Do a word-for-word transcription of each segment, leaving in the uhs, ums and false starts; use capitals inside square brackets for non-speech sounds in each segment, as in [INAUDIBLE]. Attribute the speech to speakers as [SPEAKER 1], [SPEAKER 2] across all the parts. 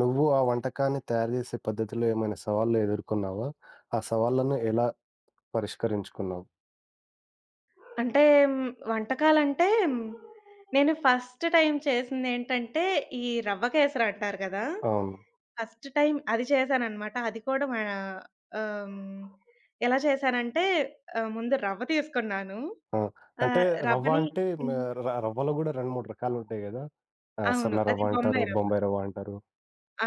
[SPEAKER 1] నువ్వు ఆ వంటకాన్ని తయారు చేసే పద్ధతిలో ఏమైనా సవాళ్ళు ఎదుర్కొన్నావా? ఆ సవాళ్ళను ఎలా పరిష్కరించుకున్నావు?
[SPEAKER 2] అంటే హ్మ్, వంటకాలంటే మ్, నేను ఫస్ట్ టైమ్ చేసిందేంటంటే, ఈ రవ్వ కేసరి అంటారు కదా!
[SPEAKER 1] అవును.
[SPEAKER 2] ఫస్ట్ టైమ్ అది చేశాననమాట. అది కూడా మా ఆహ్, హ్మ్, ఎలా చేశానంటే ఆహ్, ముందు రవ్వ తీసుకున్నాను.
[SPEAKER 1] ఆ! అంటే
[SPEAKER 2] ఆహ్,
[SPEAKER 1] రవ్వ
[SPEAKER 2] రవ్వని
[SPEAKER 1] అంటే మ
[SPEAKER 2] హ్మ్.
[SPEAKER 1] ర రవ్వలో గూడా రెండు, మూడు రకాలుంటాయి గదా! ఆ!
[SPEAKER 2] అవును.
[SPEAKER 1] సన్న
[SPEAKER 2] అది
[SPEAKER 1] రవ్వ అంటారు,
[SPEAKER 2] బొంబాయి రవ్వ.
[SPEAKER 1] బొంబాయి రవ్వ అంటారు.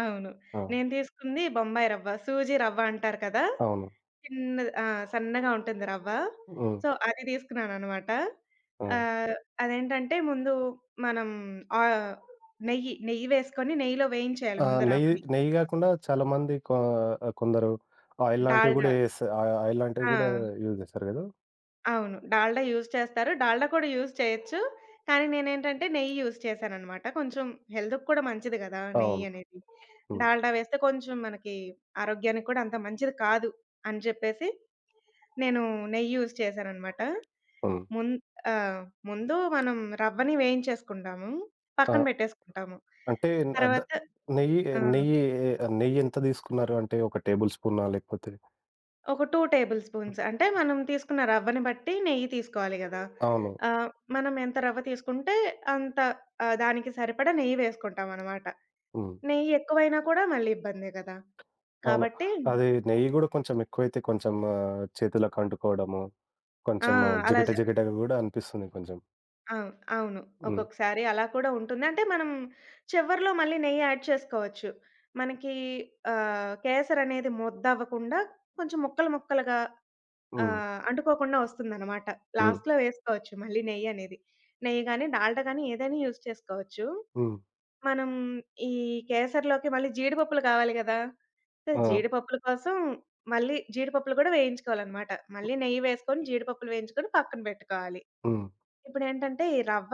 [SPEAKER 2] అవును.
[SPEAKER 1] ఆ!
[SPEAKER 2] నేను తీసుకుంది బొంబాయి రవ్వ. సూజీ రవ్వ అంటారు కదా!
[SPEAKER 1] అవును.
[SPEAKER 2] చిన్నది. ఆ! సన్నగా ఉంటుంది రవ్వ.
[SPEAKER 1] హ్మ్.
[SPEAKER 2] సో, అది తీసుకున్నాననమాట.
[SPEAKER 1] ఆ!
[SPEAKER 2] ఆహ్, అదేంటంటే ముందు మనం ఆహ్, నెయ్యి, నెయ్యి వేసుకొని నెయ్యిలో వేయించేయాలి
[SPEAKER 1] ఆ!
[SPEAKER 2] ముందు
[SPEAKER 1] నెయ్యి
[SPEAKER 2] రవ్వని.
[SPEAKER 1] నెయ్యి గాకుండా చాలామంది కొ కొందరు ఆయిల్ లాంటివి
[SPEAKER 2] డాల్డా.
[SPEAKER 1] గూడా ఏస్ ఆహ్, ఆయిల్ లాంటివి
[SPEAKER 2] ఆ!
[SPEAKER 1] గూడా యూజ్ జేస్తారు గదా!
[SPEAKER 2] అవును. డాల్డా యూజ్ చేస్తారు. డాల్డా కూడా యూజ్ చేయొచ్చు. కానీ నేనేంటంటే నెయ్యి యూజ్ చేశాననమాట. కొంచెం హెల్త్‌కి కూడా మంచిది గదా! నెయ్యి
[SPEAKER 1] అవును.
[SPEAKER 2] అనేది.
[SPEAKER 1] హ్మ్.
[SPEAKER 2] డాల్డా వేస్తే కొంచెం మనకి ఆరోగ్యానికి కూడా అంత మంచిది కాదు అని చెప్పేసి, నేను నెయ్యి యూజ్ చేశాననమాట.
[SPEAKER 1] హ్మ్.
[SPEAKER 2] ముం ఆ! ముందు మనం రవ్వని వేయించేసుకుంటాము.
[SPEAKER 1] ఆ!
[SPEAKER 2] పక్కన పెట్టేసుకుంటాము.
[SPEAKER 1] అంటే అద
[SPEAKER 2] తర్వాత
[SPEAKER 1] నెయ్యి,
[SPEAKER 2] ఆ!
[SPEAKER 1] నెయ్యి నెయ్యి ఎంత తీసుకున్నారు? అంటే ఒక టేబుల్ స్పూనా? లేకపోతే
[SPEAKER 2] ఒక రెండు టేబుల్ స్పూన్స్. అంటే మనం తీసుకున్న రవ్వని బట్టి నెయ్యి తీసుకోవాలి గదా!
[SPEAKER 1] అవును.
[SPEAKER 2] ఆహ్, మనం ఎంత రవ్వ తీసుకుంటే అంత ఆహ్, దానికి సరిపడా నెయ్యి వేసుకుంటామనమాట.
[SPEAKER 1] హ్మ్.
[SPEAKER 2] నెయ్యి ఎక్కువైనా కూడా మళ్ళీ ఇబ్బందే గదా!
[SPEAKER 1] అవును.
[SPEAKER 2] కాబట్టి
[SPEAKER 1] అది నెయ్యి గూడా కొంచెం ఎక్కువైతే కొంచెం ఆహ్, చేతులకు అంటుకోవడము,
[SPEAKER 2] ఆ!
[SPEAKER 1] కొంచెం ఆ,
[SPEAKER 2] అలా
[SPEAKER 1] జిగట
[SPEAKER 2] జ
[SPEAKER 1] జిగటగా గూడా అనిపిస్తుంది కొంచెం.
[SPEAKER 2] అవును. అవును.
[SPEAKER 1] హ్మ్.
[SPEAKER 2] ఒక్కొక్కసారి అలా కూడా ఉంటుంది. అంటే మనం చివర్లో మళ్ళీ నెయ్యి యాడ్ చేసుకోవచ్చు. మనకి ఆహ్, కేసరనేది ముద్దవ్వకుండా కొంచెం ముక్కలు ముక్కలుగా ఆ!
[SPEAKER 1] హ్మ్.
[SPEAKER 2] అంటుకోకుండా వస్తుందనమాట.
[SPEAKER 1] హ్మ్.
[SPEAKER 2] లాస్ట్‌లో వేసుకోవచ్చు మళ్ళీ నెయ్యనేది. నెయ్యి గాని, డాల్డా గాని ఏదైనా యూజ్ చేసుకోవచ్చు.
[SPEAKER 1] హ్మ్.
[SPEAKER 2] మనం ఈ కేసరిలోకి మళ్ళీ జీడిపప్పులు కావాలి గదా! సో,
[SPEAKER 1] ఆ!
[SPEAKER 2] జీడిపప్పుల కోసం మళ్ళీ జీడిపప్పులు గూడా వేయించుకోవాలనమాట. మళ్ళీ నెయ్యి వేసుకొని జీడిపప్పులు వేయించుకొని పక్కన పెట్టుకోవాలి.
[SPEAKER 1] హ్మ్.
[SPEAKER 2] ఇప్పుడేంటంటే ఈ రవ్వ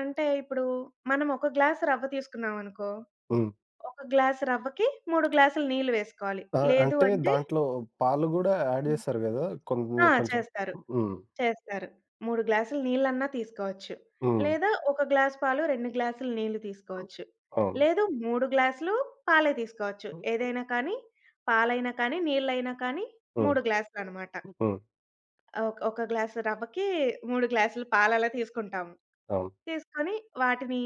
[SPEAKER 2] అంటే ఇప్పుడు మనం ఒక గ్లాస్ రవ్వ తీసుకున్నామనుకో,
[SPEAKER 1] హ్మ్.
[SPEAKER 2] ఒక గ్లాస్ రవ్వకి మూడు గ్లాసులు నీళ్లు వేసుకోవాలి.
[SPEAKER 1] ఆ!
[SPEAKER 2] లేదు
[SPEAKER 1] అంటే
[SPEAKER 2] అంటే
[SPEAKER 1] దాంట్లో పాలు గూడా యాడ్ జేస్తారు గదా!
[SPEAKER 2] ఆ!
[SPEAKER 1] కొన్ని కొంచెం.
[SPEAKER 2] చేస్తారు.
[SPEAKER 1] హ్మ్.
[SPEAKER 2] చేస్తారు. మూడు గ్లాసులు నీళ్ళన్నా తీసుకోవచ్చు.
[SPEAKER 1] హ్మ్.
[SPEAKER 2] లేదా ఒక గ్లాస్ పాలు, రెండు గ్లాసులు నీళ్లు తీసుకోవచ్చు.
[SPEAKER 1] అవును.
[SPEAKER 2] లేదు మూడు గ్లాసులు పాలే తీసుకోవచ్చు. ఏదైనా కానీ, పాలైనా కానీ, నీళ్ళైనా కానీ
[SPEAKER 1] హ్మ్.
[SPEAKER 2] మూడు గ్లాసులనమాట.
[SPEAKER 1] హ్మ్.
[SPEAKER 2] ఒక ఒక గ్లాసు రవ్వకి మూడు గ్లాసులు పాలలా తీసుకుంటాము.
[SPEAKER 1] అవును.
[SPEAKER 2] తీసుకొని వాటిని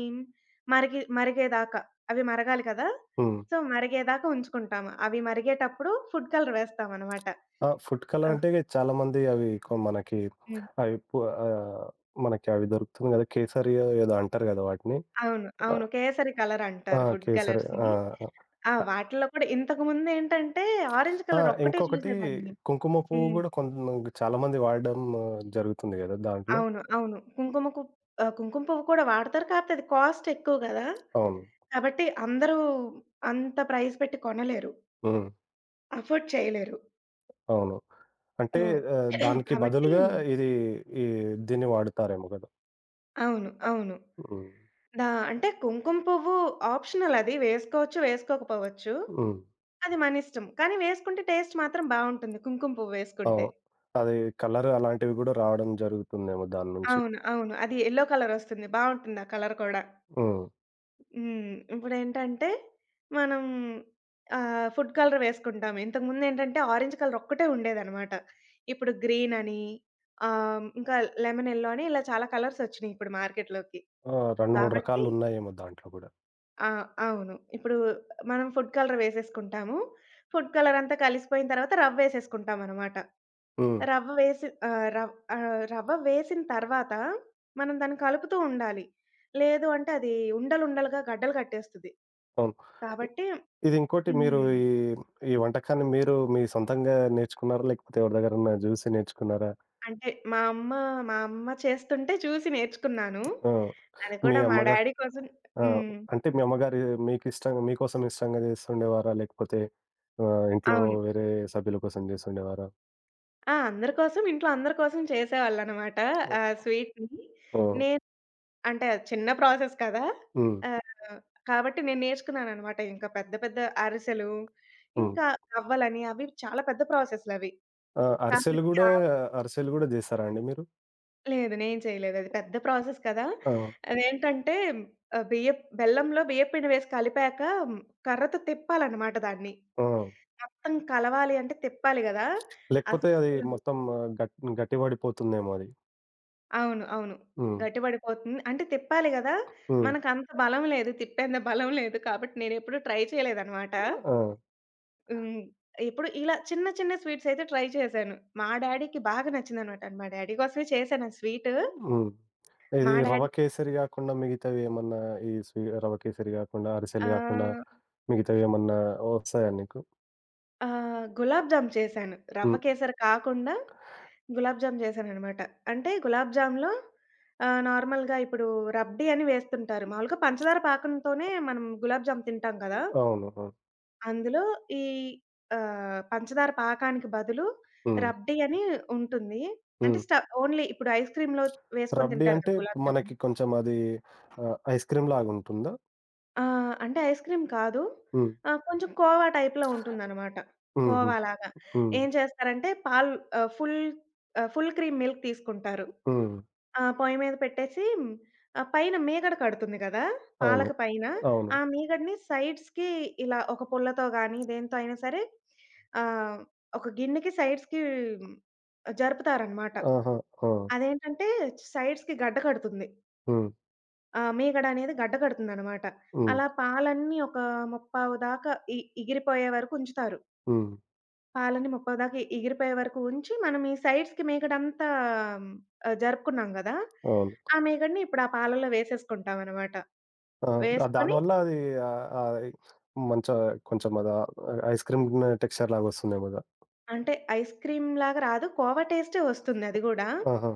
[SPEAKER 2] మరిగి మరిగేదాకా అవి మరగాలి కదా!
[SPEAKER 1] హ్మ్.
[SPEAKER 2] సో, మరిగేదాకా ఉంచుకుంటాము. అవి మరిగేటప్పుడు ఫుడ్ కలర్ వేస్తామనమాట.
[SPEAKER 1] ఆ! ఫుడ్
[SPEAKER 2] ఆ!
[SPEAKER 1] కలర్ అంటే చాలామంది అవి కొ మనకి
[SPEAKER 2] హ్మ్.
[SPEAKER 1] అవి పు ఆహ్, మనకి అవి దొరుకుతుంది గదా! కేసరియో ఏదో అంటారు గదా! వాటిని.
[SPEAKER 2] అవును.
[SPEAKER 1] ఆహ్,
[SPEAKER 2] అవును. కేసరి
[SPEAKER 1] ఆ!
[SPEAKER 2] కలరంటారు ఫుడ్
[SPEAKER 1] కేసరి ఆ!
[SPEAKER 2] కలర్స్‌ని. ఆ! వాటిలో కూడా ఇంతకుముందేంటంటే, ఆరెంజ్
[SPEAKER 1] ఆ!
[SPEAKER 2] కలర్ ఒక్కటే
[SPEAKER 1] ఇంకొకటి
[SPEAKER 2] చూసేదాన్ని.
[SPEAKER 1] కుంకుమ పువ్వు
[SPEAKER 2] హ్మ్.
[SPEAKER 1] గూడా కొంత చాలామంది వాడడం ఆ, జరుగుతుంది గదా! దాంట్లో.
[SPEAKER 2] అవును. అవును. కుంకుమకు ఆహ్, కుంకుమ పువ్వు కూడా వాడతారు. కాపోతే అది కాస్ట్ ఎక్కువ గదా!
[SPEAKER 1] అవును.
[SPEAKER 2] కాబట్టి అందరూ అంత ప్రైస్ పెట్టి కొనలేరు.
[SPEAKER 1] హ్మ్.
[SPEAKER 2] అఫోర్డ్ చేయలేరు.
[SPEAKER 1] అవును. అంటే
[SPEAKER 2] హ్మ్.
[SPEAKER 1] ఆహ్,
[SPEAKER 2] [CLEARS THROAT]
[SPEAKER 1] దానికి
[SPEAKER 2] కాబట్టి
[SPEAKER 1] బదులుగా ఇది ఈ దీన్ని వాడుతారేమో గదా!
[SPEAKER 2] అవును. అవును.
[SPEAKER 1] హ్మ్.
[SPEAKER 2] దా అంటే కుంకుమ పువ్వు ఆప్షనల్ అది. వేసుకోవచ్చు, వేసుకోకపోవచ్చు.
[SPEAKER 1] హ్మ్.
[SPEAKER 2] అది మనిష్టం. కానీ వేసుకుంటే టేస్ట్ మాత్రం బావుంటుంది. కుంకుమ పువ్వు వేసుకుంటే.
[SPEAKER 1] అవును. అది కలర్ అలాంటివి గూడా రావడం జరుగుతుందేమో దాని నుంచి.
[SPEAKER 2] అవును. అవును. అది యెల్లో కలరొస్తుంది. బావుంటుంది ఆ కలర్ కూడా.
[SPEAKER 1] హ్మ్.
[SPEAKER 2] హ్మ్. ఇప్పుడేంటంటే, మనం ఆహ్, ఫుడ్ కలర్ వేసుకుంటాం. ఇంతకుముందేంటంటే, ఆరెంజ్ కలర్ ఒక్కటే ఉండేదనమాట. ఇప్పుడు గ్రీనని ఆహ్, ఇంకా లెమన్ యెల్లో అని ఇలా చాలా కలర్సొచ్చినియి ఇప్పుడు మార్కెట్‌లోకి.
[SPEAKER 1] ఆ! రెండు, మూడు
[SPEAKER 2] కాబట్టి
[SPEAKER 1] రకాలున్నాయేమో దాంట్లో గూడా.
[SPEAKER 2] ఆ! అవును. ఇప్పుడు మనం ఫుడ్ కలర్ వేసేసుకుంటాము. ఫుడ్ కలర్ అంతా కలిసిపోయిన తర్వాత రవ్వేసేసుకుంటామనమాట.
[SPEAKER 1] హ్మ్.
[SPEAKER 2] రవ్వ వేసి ఆహ్, రవ్ ఆహ్, రవ్వ వేసిన తర్వాత మనం దాన్ని కలుపుతూ ఉండాలి. లేదు అంటే అది ఉండలుండలుగా గడ్డలు కట్టేస్తది.
[SPEAKER 1] అవును. ఇ
[SPEAKER 2] కాబట్టి
[SPEAKER 1] ఇది ఇంకోటి మీరు
[SPEAKER 2] హ్మ్.
[SPEAKER 1] ఈ, ఈ వంటకాన్ని మీరు మీ సొంతంగా నేర్చుకున్నారా? లేకపోతే ఎవరి దగ్గరన్నా జూసి నేర్చుకున్నారా?
[SPEAKER 2] అంటే మా అమ్మ, మా అమ్మ చేస్తుంటే చూసి నేర్చుకున్నాను.
[SPEAKER 1] ఆ!
[SPEAKER 2] అది
[SPEAKER 1] మీ
[SPEAKER 2] కూడా మా
[SPEAKER 1] అమ్మగారు
[SPEAKER 2] డ్యాడీ కోసం
[SPEAKER 1] ఆ!
[SPEAKER 2] హ్మ్.
[SPEAKER 1] అంటే మీ అమ్మగారు మీకిష్టంగా మీకోసం ఇష్టంగా జేస్తుండేవారా? లేకపోతే ఆహ్, ఇంట్లో
[SPEAKER 2] అవును.
[SPEAKER 1] వేరే సభ్యుల కోసం జేస్తుండేవారా?
[SPEAKER 2] ఆ! అందరి కోసం ఇంట్లో అందరి కోసం చేసేవాళ్ళనమాట. ఆ స్వీట్‌ని.
[SPEAKER 1] ఆ!
[SPEAKER 2] నేను అంటే అది చిన్న ప్రాసెస్ కదా!
[SPEAKER 1] హ్మ్.
[SPEAKER 2] ఆహ్, కాబట్టి నేను నేర్చుకున్నాననమాట. ఇంకా పెద్ద పెద్ద అరిసెలు,
[SPEAKER 1] హ్మ్.
[SPEAKER 2] ఇంకా గవ్వలని అవి చాలా పెద్ద ప్రాసెస్‌లవి.
[SPEAKER 1] ఆ! అరిసెలు
[SPEAKER 2] కాబట్టి
[SPEAKER 1] గూడా,
[SPEAKER 2] ఆ
[SPEAKER 1] అరిసెలు గూడా జేసారా అండి మీరు?
[SPEAKER 2] లేదు. నేను చేయలేదు. అది పెద్ద ప్రాసెస్ కదా!
[SPEAKER 1] ఆ!
[SPEAKER 2] అదేంటంటే ఆహ్, బియ్యప్ బెల్లంలో బియ్యప్పిండి వేసి కలిపాక మ్, కర్రతో తిప్పాలనమాట దాన్ని.
[SPEAKER 1] ఆ!
[SPEAKER 2] మొత్తం కలవాలి అంటే తిప్పాలి గదా!
[SPEAKER 1] లేకపోతే అది
[SPEAKER 2] అస్సలు
[SPEAKER 1] మొత్తం గట్ గట్టిబడిపోతుందేమో అది.
[SPEAKER 2] అవును. అవును.
[SPEAKER 1] హ్మ్.
[SPEAKER 2] గట్టిపడిపోతుంది. అంటే తిప్పాలి గదా!
[SPEAKER 1] హ్మ్.
[SPEAKER 2] మనకంత బలం లేదు. తిప్పేంత బలం లేదు. కాబట్టి నేనెప్పుడు ట్రై చేయలేదనమాట.
[SPEAKER 1] ఆ!
[SPEAKER 2] హ్మ్. ఇప్పుడు ఇలా చిన్న చిన్న స్వీట్స్ అయితే ట్రై చేశాను. మా డ్యాడీకి బాగా నచ్చిందనమాట. మా డ్యాడీ కోసమే చేశాను ఆ స్వీటు.
[SPEAKER 1] హ్మ్.
[SPEAKER 2] మా
[SPEAKER 1] ఇది రవ్వ
[SPEAKER 2] డ్యాడీ
[SPEAKER 1] కేసరి గాకుండా మిగతావి ఏమన్నా ఈ స్వీ రవ్వ కేసరి గాకుండా, అరిసెలు గాకుండా
[SPEAKER 2] ఆహ్,
[SPEAKER 1] మిగతావేమన్నా ఒస్తాయా నీకు?
[SPEAKER 2] ఆహ్, గులాబ్ జామ్ చేశాను. రవ్వ
[SPEAKER 1] హ్మ్.
[SPEAKER 2] కేసరి కాకుండా గులాబ్ జామ్ చేశాననమాట. అంటే గులాబ్ జామ్‌లో ఆహ్, నార్మల్‌గా ఇప్పుడు రబ్డీ అని వేస్తుంటారు. మామూలుగా పంచదార పాకంతోనే మనం గులాబ్ జామ్ తింటాం కదా!
[SPEAKER 1] అవును. అవును.
[SPEAKER 2] అందులో ఈ ఆహ్, పంచదార పాకానికి బదులు
[SPEAKER 1] హ్మ్.
[SPEAKER 2] రబ్డీ అని ఉంటుంది. అంటే
[SPEAKER 1] హ్మ్.
[SPEAKER 2] స్ట ఓన్లీ ఇప్పుడు ఐస్ క్రీమ్‌లో వేసుకొని
[SPEAKER 1] రబ్డీ
[SPEAKER 2] తింటారు
[SPEAKER 1] అంటే
[SPEAKER 2] కదా! గులాబ్ జామున్.
[SPEAKER 1] మనకి కొంచెం అది ఆహ్, ఐస్ క్రీమ్ లాగుంటుందా?
[SPEAKER 2] ఆ! అంటే ఐస్ క్రీమ్ కాదు.
[SPEAKER 1] హ్మ్.
[SPEAKER 2] ఆహ్, కొంచెం కోవా టైప్‌లో ఉంటుందనమాట.
[SPEAKER 1] హుహు.
[SPEAKER 2] కోవాలాగా.
[SPEAKER 1] హ్మ్.
[SPEAKER 2] ఏం చేస్తారంటే పాలు ఆహ్, ఫుల్ ఆహ్, ఫుల్ క్రీమ్ మిల్క్ తీసుకుంటారు.
[SPEAKER 1] హ్మ్.
[SPEAKER 2] ఆ! పొయ్యి మీద పెట్టేసి ఆహ్, పైన మీగడ కడుతుంది కదా!
[SPEAKER 1] అవును.
[SPEAKER 2] పాలక పైన.
[SPEAKER 1] అవును.
[SPEAKER 2] ఆ మీగడని సైడ్స్‌కి ఇలా ఒక పుల్లతో గానీ, దేనితో అయినా సరే ఆహ్, ఒక గిన్నెకి సైడ్స్‌కి జరుపుతారనమాట.
[SPEAKER 1] ఆహా! ఆ!
[SPEAKER 2] అదేంటంటే సైడ్స్‌కి గడ్డ కడుతుంది.
[SPEAKER 1] హ్మ్.
[SPEAKER 2] ఆ! మీగడ అనేది గడ్డ కడుతుందనమాట.
[SPEAKER 1] హ్మ్.
[SPEAKER 2] అలా పాలన్నీ ఒక ముప్పావు దాకా ఇ ఇగిరిపోయే వరకు ఉంచుతారు.
[SPEAKER 1] హ్మ్.
[SPEAKER 2] పాలని ముప్పటిదాకా ఎగిరిపోయే వరకు ఉంచి, మనం ఈ సైడ్స్‌కి మేగడంతా ఆహ్, జరుపుకున్నాం గదా!
[SPEAKER 1] అవును.
[SPEAKER 2] ఆ మేగడని ఇప్పుడు ఆ పాలల్లో వేసేసుకుంటామనమాట.
[SPEAKER 1] ఆ! ద
[SPEAKER 2] వేసుకొని
[SPEAKER 1] దానివల్ల అది ఆహ్, ఆహ్, మంచా కొంచెం అదా ఐస్ క్రీమ్ టెక్స్చర్ లాగొస్తుందేమో గదా!
[SPEAKER 2] అంటే ఐస్ క్రీమ్‌లాగా రాదు. కోవా టేస్టే వస్తుంది అది గూడా.
[SPEAKER 1] ఆహా!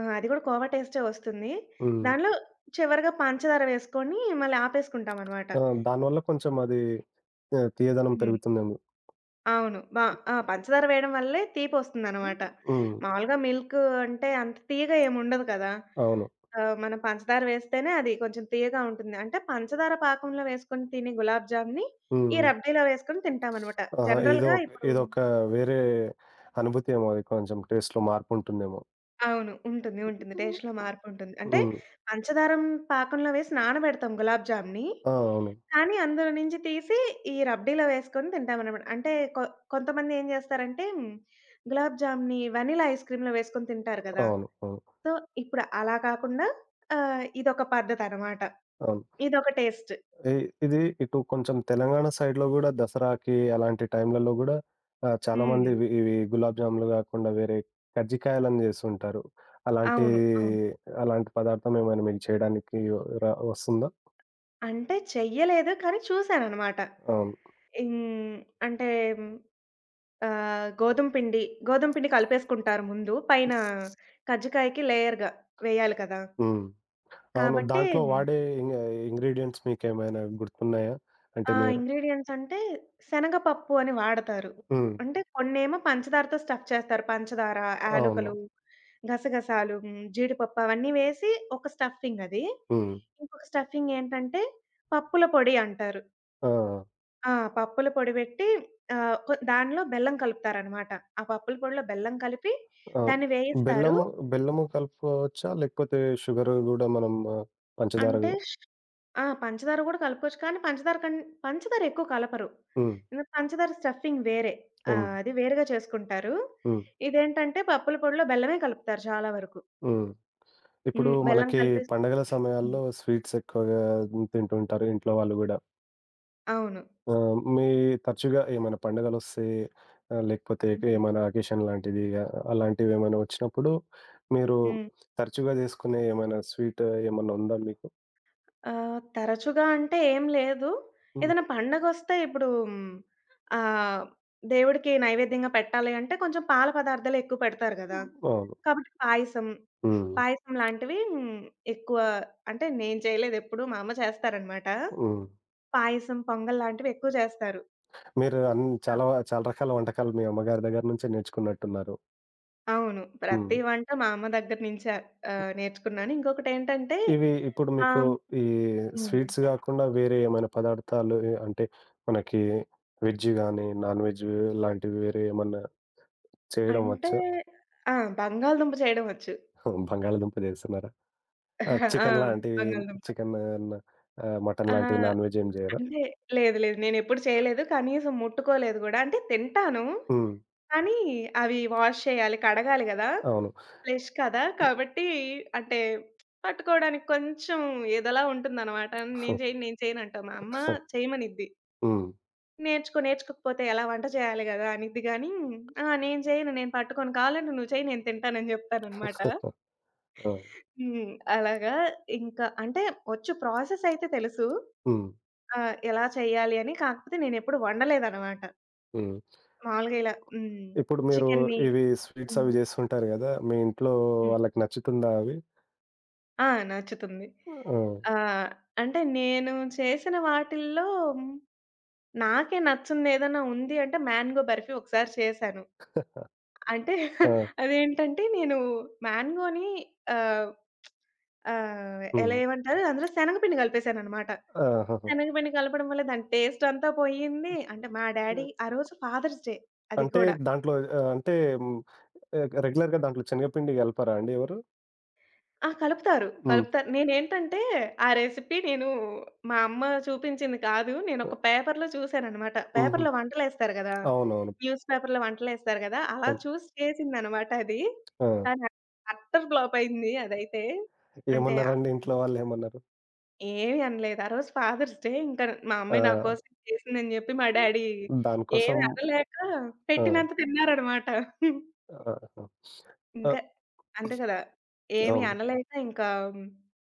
[SPEAKER 2] ఆ! అది గూడా కోవా టేస్టే వస్తుంది.
[SPEAKER 1] హ్మ్.
[SPEAKER 2] దానిలో చివరగా పంచదార వేసుకొని మళ్ళీ ఆపేసుకుంటామనమాట.
[SPEAKER 1] ఆ! దానివల్ల కొంచెం అది ఆహ్, తియ్యదనం
[SPEAKER 2] హ్మ్.
[SPEAKER 1] పెరుగుతుందేమో.
[SPEAKER 2] అవును. బ ఆ! పంచదార వేయడం వల్లే తీపొస్తుందనమాట.
[SPEAKER 1] హ్మ్.
[SPEAKER 2] మామూలుగా మిల్క్ అంటే అంత తీయగా ఏముండదు కదా!
[SPEAKER 1] అవును.
[SPEAKER 2] ఆహ్, మనం పంచదార వేస్తేనే అది కొంచెం తీయగా ఉంటుంది. అంటే పంచదార పాకంలో వేసుకొని తినే గులాబ్ జామ్‌ని ఈ
[SPEAKER 1] హ్మ్.
[SPEAKER 2] రబ్డీలో వేసుకొని తింటామనమాట.
[SPEAKER 1] ఆహా! ఏదో
[SPEAKER 2] జనరల్‌గా
[SPEAKER 1] ఒక
[SPEAKER 2] ఇప్పుడు
[SPEAKER 1] ఏదొక వేరే అనుభూతి ఏమో అది కొంచెం టేస్ట్‌లో మార్పుంటుందేమో.
[SPEAKER 2] అవును. ఉంటుంది. ఉంటుంది. టేస్ట్‌లో మార్పుంటుంది. అంటే
[SPEAKER 1] హ్మ్.
[SPEAKER 2] పంచదారం పాకంలో వేసి నానబెడతాం గులాబ్ జామ్‌ని.
[SPEAKER 1] ఆ! అవును.
[SPEAKER 2] కానీ అందులో నుంచి తీసి ఈ రబ్డీలో వేసుకొని తింటామనమాట. అంటే కొ కొంతమంది ఏం జేస్తారంటే గులాబ్ జామ్‌ని వెనిలా ఐస్ క్రీమ్‌లో వేసుకొని తింటారు గదా!
[SPEAKER 1] అవును. అవును.
[SPEAKER 2] సో, ఇప్పుడు అలా కాకుండా ఆహ్, ఇదొక పద్ధతనమాట.
[SPEAKER 1] అవును.
[SPEAKER 2] ఇదొక టేస్ట్.
[SPEAKER 1] ఇ ఇది ఇటు కొంచెం తెలంగాణ సైడ్‌లో గూడా దసరాకి అలాంటి టైంలలో గూడా ఆహ్,
[SPEAKER 2] హ్మ్.
[SPEAKER 1] చాలామంది ఇవి ఇవి గులాబ్ జాములు గాకుండా వేరే కజ్జికాయలని జేస్తుంటారు. అలాంటి
[SPEAKER 2] అవును. అవును.
[SPEAKER 1] అలాంటి పదార్థం ఏమైనా మీకు చేయడానికి ర వస్తుందా?
[SPEAKER 2] అంటే చెయ్యలేదు కానీ చూసాననమాట.
[SPEAKER 1] అవును.
[SPEAKER 2] హ్మ్. అంటే ఆహ్, గోధుమ పిండి, గోధుమ పిండి కలిపేసుకుంటారు ముందు. పైన కజ్జికాయకి లేయర్‌గా వేయాలి కదా!
[SPEAKER 1] హ్మ్. అవును.
[SPEAKER 2] కాబట్టి
[SPEAKER 1] దాంట్లో వాడే ఇంగ ఇంగ్రీడియెంట్స్ మీకేమైనా గుర్తున్నాయా? అంటే
[SPEAKER 2] ఆ!
[SPEAKER 1] మీరు
[SPEAKER 2] ఇంగ్రీడియెంట్స్ అంటే శనగపప్పు అని వాడతారు.
[SPEAKER 1] హ్మ్.
[SPEAKER 2] అంటే కొన్నేమో పంచదారతో స్టఫ్ చేస్తారు. పంచదార,
[SPEAKER 1] అవును.
[SPEAKER 2] యాలకులు, గసగసాలు, హ్మ్, జీడిపప్పు అవన్నీ వేసి ఒక స్టఫింగ్ అది.
[SPEAKER 1] హ్మ్.
[SPEAKER 2] ఇంకొక స్టఫింగ్ ఏంటంటే పప్పుల పొడి అంటారు.
[SPEAKER 1] ఆ!
[SPEAKER 2] ఆ! పప్పుల పొడి పెట్టి ఆహ్, కొ దానిలో బెల్లం కలుపుతారనమాట. ఆ పప్పుల పొడిలో బెల్లం కలిపి
[SPEAKER 1] ఆ!
[SPEAKER 2] దాన్ని వేయిస్తారు.
[SPEAKER 1] బెల్లము, బెల్లము కలుపుకోవచ్చా? లేకపోతే షుగర్ గూడా మనం పంచదార
[SPEAKER 2] అంటే ఆ! పంచదార గూడా కలుపుకోవచ్చు. కానీ పంచదార కన్ పంచదార ఎక్కువ కలపరు.
[SPEAKER 1] హ్మ్.
[SPEAKER 2] ఎందుకంటే పంచదార స్టఫింగ్ వేరే.
[SPEAKER 1] హ్మ్.
[SPEAKER 2] ఆహ్, అది వేరుగా చేసుకుంటారు.
[SPEAKER 1] హ్మ్.
[SPEAKER 2] ఇదేంటంటే పప్పుల పొడిలో బెల్లమే కలుపుతారు చాలా వరకు.
[SPEAKER 1] హ్మ్. ఇప్పుడు
[SPEAKER 2] హ్మ్. బెల్లం
[SPEAKER 1] మనకి
[SPEAKER 2] కలిపేసి
[SPEAKER 1] పండగల
[SPEAKER 2] హ్మ్.
[SPEAKER 1] సమయాల్లో స్వీట్స్ ఎక్కువగా తింటుంటారు ఇంట్లో వాళ్ళు గూడా.
[SPEAKER 2] అవును.
[SPEAKER 1] ఆ! మీ తరచుగా ఏమైనా పండుగలొస్తే ఆహ్, లేకపోతే
[SPEAKER 2] హ్మ్.
[SPEAKER 1] ఏమైనా అకేషన్ లాంటిది ఆహ్, అలాంటివేమైనా వచ్చినప్పుడు మీరు
[SPEAKER 2] హ్మ్.
[SPEAKER 1] తరచుగా చేసుకునే ఏమైనా స్వీట్ ఏమన్నా ఉందా మీకు?
[SPEAKER 2] ఆహ్, తరచుగా అంటే ఏం లేదు.
[SPEAKER 1] హ్మ్.
[SPEAKER 2] ఏదైనా పండగొస్తే ఇప్పుడు హ్మ్, ఆహ్, దేవుడికి నైవేద్యంగా పెట్టాలి అంటే కొంచెం పాల పదార్థాలు ఎక్కువ పెడతారు గదా!
[SPEAKER 1] అవును.
[SPEAKER 2] కాబట్టి పాయసం,
[SPEAKER 1] హ్మ్.
[SPEAKER 2] పాయసం లాంటివి హ్మ్, ఎక్కువ అంటే నేను చేయలేదెప్పుడు. మా అమ్మ చేస్తారనమాట.
[SPEAKER 1] హ్మ్.
[SPEAKER 2] పాయసం, పొంగల్ లాంటివి ఎక్కువ చేస్తారు.
[SPEAKER 1] మీరు అన్
[SPEAKER 2] అ
[SPEAKER 1] చాలా చాలా రకాల వంటకాలు మీ అమ్మగారి దగ్గర నుంచే నేర్చుకున్నట్టున్నారు.
[SPEAKER 2] అవును.
[SPEAKER 1] హ్మ్.
[SPEAKER 2] ప్రతి వంట మా అమ్మ దగ్గర నుంచే ఆహ్, నేర్చుకున్నాను. ఇంకొకటేంటంటే
[SPEAKER 1] ఇవి ఇప్పుడు
[SPEAKER 2] మా
[SPEAKER 1] మీకు ఈ
[SPEAKER 2] హ్మ్.
[SPEAKER 1] స్వీట్స్ గాకుండా వేరే ఏమైనా పదార్థాలు ఎ అంటే మనకి వెజ్ గాని, నాన్ వెజ్ లాంటివి వేరే ఏమన్నా చేయడం
[SPEAKER 2] అంటే
[SPEAKER 1] వచ్చా?
[SPEAKER 2] ఆ! బంగాళదుంప చేయడం వచ్చు.
[SPEAKER 1] బంగాళాదుంప చేస్తున్నారా? ఆ!
[SPEAKER 2] [LAUGHS] ఆ!
[SPEAKER 1] చికెన్ లాంటివి
[SPEAKER 2] బంగాళదుంప.
[SPEAKER 1] చికెన్ ఆహ్, మటన్
[SPEAKER 2] ఆ!
[SPEAKER 1] లాంటివి నాన్ వెజ్ ఏం జేయరా?
[SPEAKER 2] అంటే లేదు. లేదు. నేనెప్పుడు చేయలేదు. కనీసం ముట్టుకోలేదు గూడా. అంటే తింటాను.
[SPEAKER 1] హ్మ్.
[SPEAKER 2] కానీ అవి వాష్ చేయాలి, కడగాలి గదా!
[SPEAKER 1] అవును.
[SPEAKER 2] ఫ్లెష్ కదా! కాబట్టి అంటే పట్టుకోవడానికి కొంచెం ఏదోలా ఉంటుందనమాట. నేను
[SPEAKER 1] [LAUGHS]
[SPEAKER 2] చేయను, నేను చేయనంటా. మా అమ్మ చేయమనిద్ది.
[SPEAKER 1] హ్మ్.
[SPEAKER 2] నేర్చుకో, నేర్చుకోకపోతే ఎలా వంట చేయాలి గదా! అనిద్ది గానీ, ఆ! నేను చేయను, నేను పట్టుకోను. కావాలంటే నువ్వు చెయి నేను తింటానని జెప్తాననమాట.
[SPEAKER 1] ఆ!
[SPEAKER 2] హ్మ్. అలాగా ఇంకా అంటే వచ్చు ప్రాసెస్ అయితే తెలుసు.
[SPEAKER 1] హ్మ్.
[SPEAKER 2] ఆ! ఎలా చేయాలి అని. కాకపోతే నేనెప్పుడు వండలేదనమాట.
[SPEAKER 1] హ్మ్.
[SPEAKER 2] మామూలుగా ఇలా హ్మ్.
[SPEAKER 1] ఇప్పుడు మీరు
[SPEAKER 2] చికెన్‌ని
[SPEAKER 1] ఇవి స్వీట్స్
[SPEAKER 2] హ్మ్.
[SPEAKER 1] అవి జేస్తుంటారు గదా! మీ ఇంట్లో
[SPEAKER 2] హ్మ్.
[SPEAKER 1] వాళ్ళకి నచ్చుతుందా అవి?
[SPEAKER 2] ఆ! నచ్చుతుంది.
[SPEAKER 1] ఆ!
[SPEAKER 2] ఆహ్, అంటే నేను చేసిన వాటిల్లో నాకే నచ్చిందేదన్నా ఉంది అంటే మ్యాంగో బర్ఫీ ఒకసారి చేశాను. అంటే
[SPEAKER 1] ఆ!
[SPEAKER 2] అదేంటంటే నేను మ్యాంగోని ఆహ్, ఆహ్, ఎలా
[SPEAKER 1] హ్మ్.
[SPEAKER 2] ఏమంటారు అందులో శనగపిండి కలిపేశాననమాట.
[SPEAKER 1] ఆహాహా!
[SPEAKER 2] శనగపిండి కలపడం వల్ల దాని టేస్ట్ అంతా పోయింది. అంటే మా డ్యాడీ ఆ రోజు ఫాదర్స్ డే అది
[SPEAKER 1] అంటే
[SPEAKER 2] కూడా.
[SPEAKER 1] దాంట్లో ఆహ్, అంటే హ్మ్, ఆహ్, రెగ్యులర్‌గా దాంట్లో శనగపిండి గలపరా అండి ఎవరు?
[SPEAKER 2] ఆ! కలుపుతారు.
[SPEAKER 1] హ్మ్.
[SPEAKER 2] కలుపుతారు. నేనేంటంటే, ఆ రెసిపీ నేను మా అమ్మ చూపించింది కాదు. నేనొక పేపర్‌లో చూసాననమాట.
[SPEAKER 1] హుహు.
[SPEAKER 2] పేపర్‌లో వంటలేస్తారు గదా!
[SPEAKER 1] అవునవును.
[SPEAKER 2] న్యూస్ పేపర్‌లో వంటలేస్తారు గదా! అలా
[SPEAKER 1] అవును.
[SPEAKER 2] చూసి చేసిందనమాట అది.
[SPEAKER 1] ఆ!
[SPEAKER 2] కానీ అట్టర్ ఫ్లాప్ అయింది అదైతే. అంటే
[SPEAKER 1] ఏమన్నారండి ఇంట్లో వాళ్ళేమన్నారు?
[SPEAKER 2] ఏమి అనలేదు. ఆ రోజు ఫాదర్స్ డే ఇంకా మా
[SPEAKER 1] ఆ!
[SPEAKER 2] అమ్మాయి నా కోసం చేసిందని జెప్పి మా డ్యాడీ ఏమి
[SPEAKER 1] దానికోసం
[SPEAKER 2] అనలేక
[SPEAKER 1] ఆ!
[SPEAKER 2] పెట్టినంత తిన్నారనమాట.
[SPEAKER 1] ఆహా! ఆ!
[SPEAKER 2] ఇంకా అంతే కదా! ఏమి
[SPEAKER 1] అవును.
[SPEAKER 2] అనలేక ఇంకా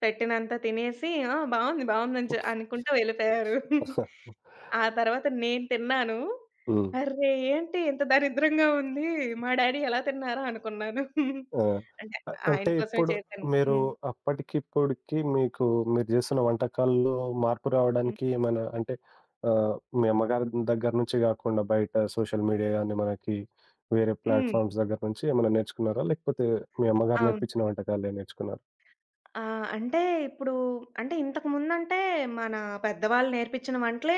[SPEAKER 2] పెట్టినంత తినేసి ఆ! బావుంది, బావుందని చె అనుకుంటూ వెళ్ళిపోయారు.
[SPEAKER 1] [LAUGHS]
[SPEAKER 2] ఆ తర్వాత నేను తిన్నాను.
[SPEAKER 1] హ్మ్.
[SPEAKER 2] అర్రె! ఏంటి ఇంత దరిద్రంగా ఉంది. మా డ్యాడీ ఎలా తిన్నారా అనుకున్నాను.
[SPEAKER 1] ఆ!
[SPEAKER 2] అంటే
[SPEAKER 1] అ
[SPEAKER 2] ఆయన
[SPEAKER 1] అంటే
[SPEAKER 2] కోసమే
[SPEAKER 1] ఇప్పుడు
[SPEAKER 2] చేశాను.
[SPEAKER 1] మీరు
[SPEAKER 2] హ్మ్.
[SPEAKER 1] అప్పటికిప్పటికి మీకు మీరు జేస్తున్న వంటకాల్లో మార్పు
[SPEAKER 2] హ్మ్.
[SPEAKER 1] రావడానికి ఏమైనా అంటే ఆహ్, మీ అమ్మగారి దగ్గర నుంచి గాకుండా బయట సోషల్ మీడియా గాని, మనకి వేరే
[SPEAKER 2] హ్మ్.
[SPEAKER 1] ప్లాట్‌ఫామ్స్ దగ్గర నుంచి ఏమైనా నేర్చుకున్నారా? లేకపోతే మీ అమ్మగారు
[SPEAKER 2] అవును.
[SPEAKER 1] నేర్పించిన వంటకాలే నేర్చుకున్నారా?
[SPEAKER 2] ఆ! అంటే ఇప్పుడు అంటే ఇంతకుముందంటే మన పెద్దవాళ్ళు నేర్పించిన వంటలే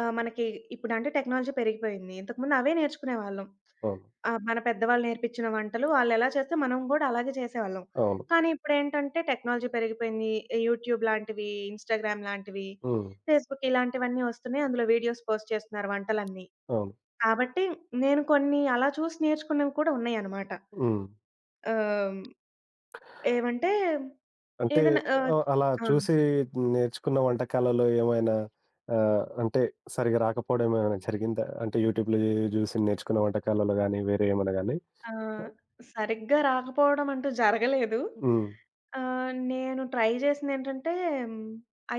[SPEAKER 2] ఆహ్, మనకి ఇప్పుడంటే టెక్నాలజీ పెరిగిపోయింది. ఇంతకుముందు అవే నేర్చుకునేవాళ్ళం.
[SPEAKER 1] అవును.
[SPEAKER 2] ఆహ్, మన పెద్దవాళ్ళు నేర్పించిన వంటలు వాళ్ళెలా చేస్తే మనం గూడా అలాగే చేసేవాళ్ళం.
[SPEAKER 1] అవును.
[SPEAKER 2] కానీ ఇప్పుడేంటంటే టెక్నాలజీ పెరిగిపోయింది. యూట్యూబ్ లాంటివి, ఇన్‌స్టాగ్రామ్ లాంటివి,
[SPEAKER 1] హ్మ్.
[SPEAKER 2] ఫేస్‌బుక్ ఇలాంటివన్నీ వస్తున్నాయి. అందులో వీడియోస్ పోస్ట్ చేస్తున్నారు వంటలన్నీ.
[SPEAKER 1] అవును.
[SPEAKER 2] కాబట్టి నేను కొన్ని అలా చూసి నేర్చుకున్నవి కూడా ఉన్నాయన్నమాట.
[SPEAKER 1] హ్మ్.
[SPEAKER 2] ఆహ్, ఏవంటే
[SPEAKER 1] అంటే
[SPEAKER 2] ఏదైనా ఆహ్,
[SPEAKER 1] ఆహ్, అలా
[SPEAKER 2] ఆ!
[SPEAKER 1] చూసి నేర్చుకున్న వంటకాలలో ఏమైనా ఆహ్, అంటే సరిగ్గా రాకపోవడం ఏమైనా జరిగిందా? అంటే యూట్యూబ్‌లో చూసి నేర్చుకున్న వంటకాలలో గాని, వేరే ఏమైనా గాని?
[SPEAKER 2] ఆ! సరిగ్గా రాకపోవడం అంటూ జరగలేదు.
[SPEAKER 1] హ్మ్.
[SPEAKER 2] ఆహ్, నేను ట్రై చేసిందేంటంటే హ్మ్,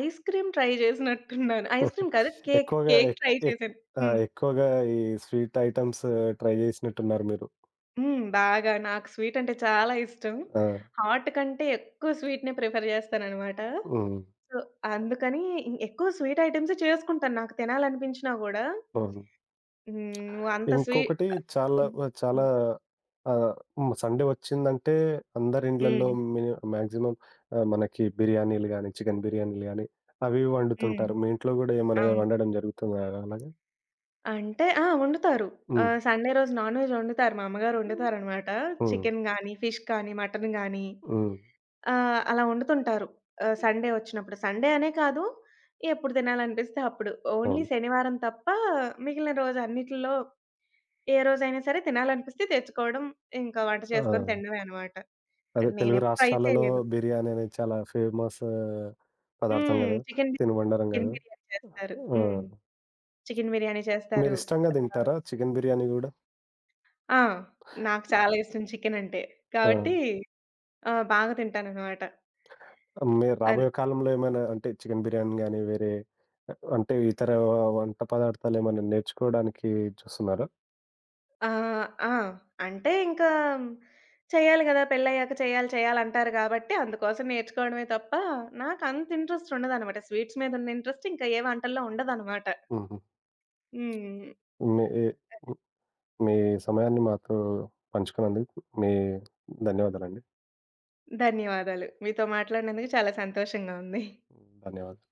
[SPEAKER 2] ఐస్ క్రీమ్ ట్రై చేసినట్టున్నాను. ఐస్ క్రీమ్ కాదు
[SPEAKER 1] [LAUGHS]
[SPEAKER 2] కేక్,
[SPEAKER 1] ఎక్కువగా
[SPEAKER 2] కేక్
[SPEAKER 1] ఎక్
[SPEAKER 2] ట్రై
[SPEAKER 1] ఎక్
[SPEAKER 2] చేశాను.
[SPEAKER 1] ఆ!
[SPEAKER 2] హ్మ్.
[SPEAKER 1] ఎక్కువగా ఈ స్వీట్ ఐటెమ్స్ ట్రై చేసినట్టున్నారు మీరు.
[SPEAKER 2] హ్మ్. బాగా నాకు స్వీట్ అంటే చాలా ఇష్టం.
[SPEAKER 1] ఆ!
[SPEAKER 2] హాట్ కంటే ఎక్కువ స్వీట్‌నే ప్రిఫర్ చేస్తాననమాట.
[SPEAKER 1] హ్మ్.
[SPEAKER 2] సో, అందుకని ఇ ఎక్కువ స్వీట్ ఐటెమ్సే చేసుకుంటాను నాకు తినాలనిపించినా గూడా.
[SPEAKER 1] అవును.
[SPEAKER 2] హ్మ్. నువ్వు అంత స్వీ
[SPEAKER 1] ఇంకొకటి చాలా
[SPEAKER 2] హ్మ్.
[SPEAKER 1] వ చాలా
[SPEAKER 2] హ్మ్.
[SPEAKER 1] ఆహ్, హ్మ్. సండే వచ్చిందంటే అందరి ఇండ్లల్లో
[SPEAKER 2] హ్మ్.
[SPEAKER 1] మిని మాక్సిమం ఆహ్, మనకి బిర్యానీలు గానీ, చికెన్ బిర్యానీలు గానీ, అవి ఇవి
[SPEAKER 2] హ్మ్.
[SPEAKER 1] వండుతుంటారు. మీ ఇంట్లో గూడా ఏమైనా
[SPEAKER 2] అవును.
[SPEAKER 1] వండడం జరుగుతుందా అలాగా?
[SPEAKER 2] అంటే ఆ! వండుతారు.
[SPEAKER 1] హ్మ్.
[SPEAKER 2] ఆహ్, సండే రోజు నాన్‌వెజ్ వండుతారు. మా అమ్మగారు
[SPEAKER 1] హ్మ్.
[SPEAKER 2] వండుతారనమాట.
[SPEAKER 1] హ్మ్.
[SPEAKER 2] చికెన్ గానీ, ఫిష్ కానీ, మటన్ గానీ
[SPEAKER 1] హ్మ్.
[SPEAKER 2] ఆహ్, అలా వండుతుంటారు. ఆహ్, సండే వచ్చినప్పుడు. సండే అనే కాదు, ఎప్పుడు తినాలనిపిస్తే అప్పుడు. ఓన్లీ
[SPEAKER 1] అవును.
[SPEAKER 2] శనివారం తప్ప మిగిలిన రోజు అన్నిటిలో ఏ రోజైనా సరే తినాలనిపిస్తే తెచ్చుకోవడం, ఇంకా వంట
[SPEAKER 1] ఆ!
[SPEAKER 2] చేసుకొని తినడమే అనమాట.
[SPEAKER 1] అదే తెలుగు
[SPEAKER 2] నేనెప్పుడు ట్రై
[SPEAKER 1] రాష్ట్రాలలో
[SPEAKER 2] చేయలేదు.
[SPEAKER 1] బిర్యానీ అనేది చాలా ఫేమస్ పదార్థం
[SPEAKER 2] హ్మ్.
[SPEAKER 1] గదా!
[SPEAKER 2] చికెన్ బి
[SPEAKER 1] తినుబండారం
[SPEAKER 2] చికెన్
[SPEAKER 1] గదా!
[SPEAKER 2] బిర్యానీ చేస్తారు.
[SPEAKER 1] ఆ!
[SPEAKER 2] హ్మ్. చికెన్ బిర్యానీ చేస్తారు.
[SPEAKER 1] మీరిష్టంగా
[SPEAKER 2] ఆహ్,
[SPEAKER 1] తింటారా చికెన్ బిర్యానీ గూడా?
[SPEAKER 2] ఆ! నాకు చాలా ఇష్టం చికెన్ అంటే.
[SPEAKER 1] ఆ!
[SPEAKER 2] కాబట్టి ఆ! బాగా తింటాననమాట.
[SPEAKER 1] మీరు
[SPEAKER 2] అది.
[SPEAKER 1] రాబోయే కాలంలో ఏమైనా అంటే చికెన్ బిర్యానీ గానీ, వేరే అంటే ఇతర వంట పదార్థాలేమైనా నేర్చుకోవడానికి చూస్తున్నారా?
[SPEAKER 2] ఆహ్, ఆ! అంటే ఇంకా చేయాలి గదా! పెళ్లయ్యాక చేయాలి, చేయాలంటారు గాబట్టి, అందుకోసం నేర్చుకోవడమే తప్ప, నాకంత ఇంట్రెస్ట్ ఉండదనమాట. స్వీట్స్ మీదున్న ఇంట్రెస్ట్ ఇంకా ఏ వంటల్లో ఉండదనమాట.
[SPEAKER 1] హుహు.
[SPEAKER 2] హ్మ్.
[SPEAKER 1] మీ ఎ మీ సమయాన్ని మాతో పంచుకున్నందుకు మీ ధన్యవాదాలండి.
[SPEAKER 2] ధన్యవాదాలు. మీతో మాట్లాడినందుకు చాలా సంతోషంగా ఉంది.
[SPEAKER 1] ధన్యవాదాలు.